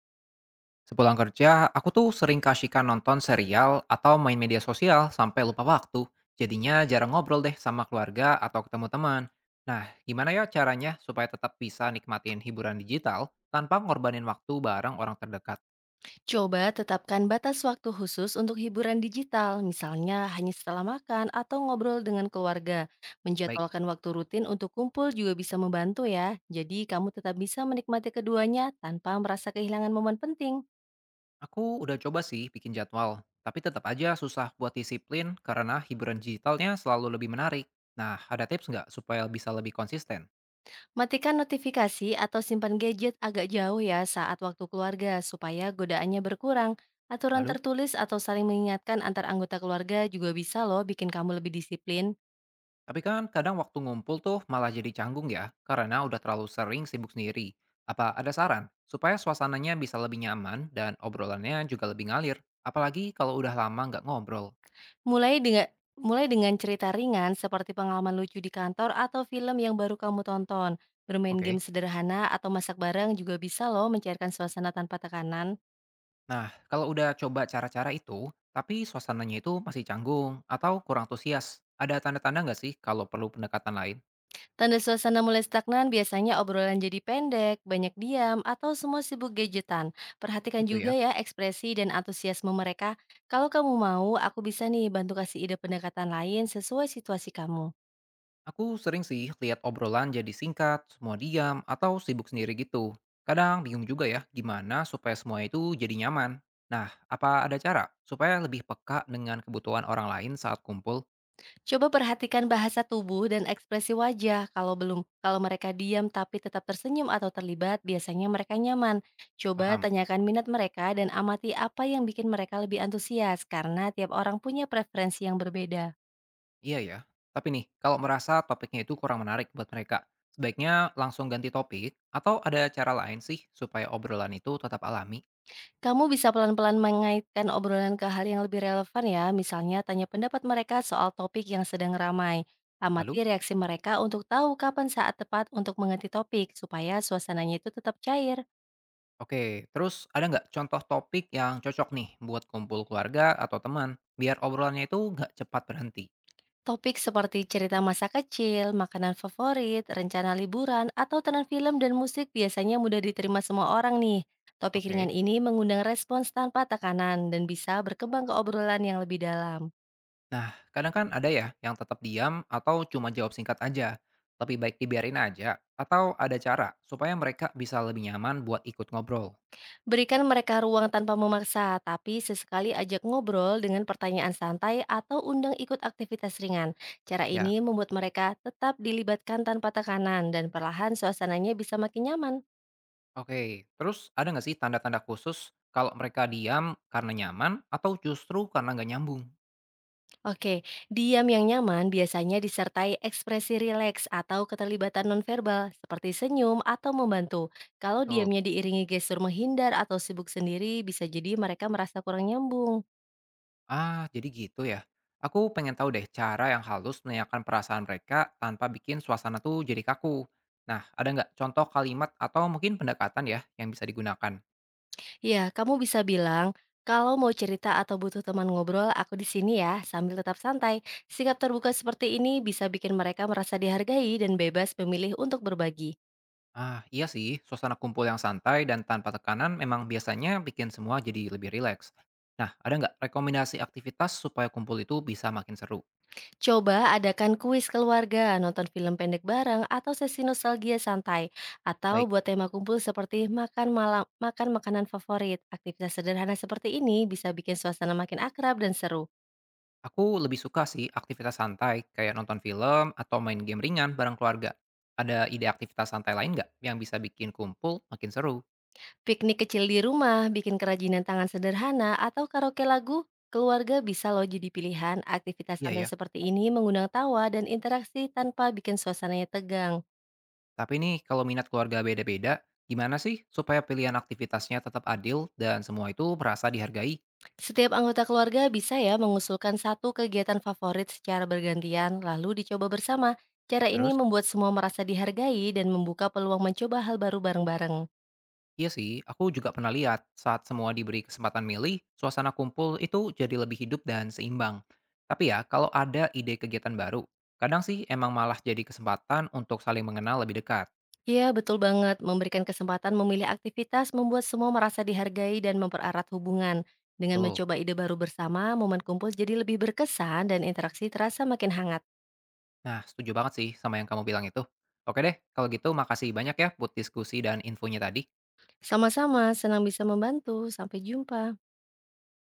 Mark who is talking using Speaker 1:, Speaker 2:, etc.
Speaker 1: Sepulang kerja, aku tuh sering kasihkan nonton serial atau main media sosial sampai lupa waktu. Jadinya jarang ngobrol deh sama keluarga atau ketemu teman. Nah, gimana ya caranya supaya tetap bisa nikmatin hiburan digital tanpa ngorbanin waktu bareng orang terdekat?
Speaker 2: Coba tetapkan batas waktu khusus untuk hiburan digital, misalnya hanya setelah makan atau ngobrol dengan keluarga.
Speaker 1: Baik,
Speaker 2: Menjadwalkan waktu rutin untuk kumpul juga bisa membantu ya. Jadi kamu tetap bisa menikmati keduanya tanpa merasa kehilangan momen penting.
Speaker 1: aku udah coba sih bikin jadwal, tapi tetap aja susah buat disiplin karena hiburan digitalnya selalu lebih menarik. Nah, ada tips nggak supaya bisa lebih konsisten?
Speaker 2: Matikan notifikasi atau simpan gadget agak jauh ya saat waktu keluarga supaya godaannya berkurang. Aturan
Speaker 1: Lalu?
Speaker 2: tertulis atau saling mengingatkan antar anggota keluarga juga bisa loh bikin kamu lebih disiplin.
Speaker 1: Tapi kan kadang waktu ngumpul tuh malah jadi canggung ya, karena udah terlalu sering sibuk sendiri. Apa ada saran supaya suasananya bisa lebih nyaman dan obrolannya juga lebih ngalir? Apalagi kalau udah lama nggak ngobrol.
Speaker 2: Mulai dengan mulai dengan cerita ringan seperti pengalaman lucu di kantor atau film yang baru kamu tonton. Bermain game
Speaker 1: Oke.
Speaker 2: sederhana atau masak bareng juga bisa loh mencairkan suasana tanpa tekanan.
Speaker 1: Nah, kalau udah coba cara-cara itu, tapi suasananya itu masih canggung atau kurang antusias, ada tanda-tanda nggak sih kalau perlu pendekatan lain?
Speaker 2: Tanda suasana mulai stagnan biasanya obrolan jadi pendek, banyak diam, atau semua sibuk gadgetan. Perhatikan
Speaker 1: Gitu
Speaker 2: juga
Speaker 1: ya.
Speaker 2: ya ekspresi dan antusiasme mereka. Kalau kamu mau, aku bisa nih bantu kasih ide pendekatan lain sesuai situasi kamu.
Speaker 1: Aku sering sih lihat obrolan jadi singkat, semua diam, atau sibuk sendiri gitu. Kadang bingung juga ya gimana supaya semua itu jadi nyaman. Nah, apa ada cara supaya lebih peka dengan kebutuhan orang lain saat kumpul?
Speaker 2: Coba perhatikan bahasa tubuh dan ekspresi wajah. Kalau belum, kalau mereka diam tapi tetap tersenyum atau terlibat, biasanya mereka nyaman. Coba
Speaker 1: Paham?
Speaker 2: tanyakan minat mereka dan amati apa yang bikin mereka lebih antusias karena tiap orang punya preferensi yang berbeda.
Speaker 1: Iya ya. Tapi nih, kalau merasa topiknya itu kurang menarik buat mereka, sebaiknya langsung ganti topik atau ada cara lain sih supaya obrolan itu tetap alami?
Speaker 2: Kamu bisa pelan-pelan mengaitkan obrolan ke hal yang lebih relevan ya, misalnya tanya pendapat mereka soal topik yang sedang ramai. Amati
Speaker 1: Lalu?
Speaker 2: reaksi mereka untuk tahu kapan saat tepat untuk mengganti topik supaya suasananya itu tetap cair.
Speaker 1: Oke, terus ada nggak contoh topik yang cocok nih buat kumpul keluarga atau teman, biar obrolannya itu nggak cepat berhenti?
Speaker 2: Topik seperti cerita masa kecil, makanan favorit, rencana liburan, atau tenan film dan musik biasanya mudah diterima semua orang nih. Topik ringan
Speaker 1: Oke.
Speaker 2: ini mengundang respons tanpa tekanan dan bisa berkembang ke obrolan yang lebih dalam.
Speaker 1: Nah, kadang kan ada ya yang tetap diam atau cuma jawab singkat aja. Lebih baik dibiarin aja atau ada cara supaya mereka bisa lebih nyaman buat ikut ngobrol.
Speaker 2: Berikan mereka ruang tanpa memaksa, tapi sesekali ajak ngobrol dengan pertanyaan santai atau undang ikut aktivitas ringan. Cara
Speaker 1: Ya.
Speaker 2: ini membuat mereka tetap dilibatkan tanpa tekanan dan perlahan suasananya bisa makin nyaman.
Speaker 1: Oke. Terus ada nggak sih tanda-tanda khusus kalau mereka diam karena nyaman atau justru karena nggak nyambung?
Speaker 2: Oke, diam yang nyaman biasanya disertai ekspresi rileks atau keterlibatan nonverbal seperti senyum atau membantu. Kalau
Speaker 1: Betul.
Speaker 2: diamnya diiringi gestur menghindar atau sibuk sendiri, bisa jadi mereka merasa kurang nyambung.
Speaker 1: Ah, jadi gitu ya. Aku pengen tahu deh cara yang halus menanyakan perasaan mereka tanpa bikin suasana tuh jadi kaku. Nah, ada nggak contoh kalimat atau mungkin pendekatan ya yang bisa digunakan?
Speaker 2: Ya, kamu bisa bilang, kalau mau cerita atau butuh teman ngobrol, aku di sini ya, sambil tetap santai. Sikap terbuka seperti ini bisa bikin mereka merasa dihargai dan bebas memilih untuk berbagi.
Speaker 1: Ah, iya sih, suasana kumpul yang santai dan tanpa tekanan memang biasanya bikin semua jadi lebih rileks. Nah, ada nggak rekomendasi aktivitas supaya kumpul itu bisa makin seru?
Speaker 2: Coba adakan kuis keluarga, nonton film pendek bareng, atau sesi nostalgia santai, atau
Speaker 1: Baik,
Speaker 2: buat tema kumpul seperti makan malam, makan makanan favorit. Aktivitas sederhana seperti ini bisa bikin suasana makin akrab dan seru.
Speaker 1: aku lebih suka sih aktivitas santai, kayak nonton film atau main game ringan bareng keluarga. Ada ide aktivitas santai lain nggak yang bisa bikin kumpul makin seru?
Speaker 2: Piknik kecil di rumah, bikin kerajinan tangan sederhana, atau karaoke lagu keluarga bisa loh jadi pilihan. Aktivitas
Speaker 1: Iya
Speaker 2: santai
Speaker 1: ya,
Speaker 2: seperti ini mengundang tawa dan interaksi tanpa bikin suasananya tegang.
Speaker 1: tapi nih kalau minat keluarga beda-beda, gimana sih supaya pilihan aktivitasnya tetap adil dan semua itu merasa dihargai?
Speaker 2: Setiap anggota keluarga bisa ya mengusulkan satu kegiatan favorit secara bergantian, lalu dicoba bersama. Cara ini
Speaker 1: Terus?
Speaker 2: membuat semua merasa dihargai dan membuka peluang mencoba hal baru bareng-bareng.
Speaker 1: Iya sih, aku juga pernah lihat saat semua diberi kesempatan milih, suasana kumpul itu jadi lebih hidup dan seimbang. Tapi ya, kalau ada ide kegiatan baru, kadang sih emang malah jadi kesempatan untuk saling mengenal lebih dekat.
Speaker 2: Iya, betul banget. Memberikan kesempatan memilih aktivitas membuat semua merasa dihargai dan mempererat hubungan. Dengan
Speaker 1: Betul.
Speaker 2: mencoba ide baru bersama, momen kumpul jadi lebih berkesan dan interaksi terasa makin hangat.
Speaker 1: Nah, setuju banget sih sama yang kamu bilang itu. Oke deh, kalau gitu makasih banyak ya buat diskusi dan infonya tadi.
Speaker 2: Sama-sama, senang bisa membantu. Sampai jumpa.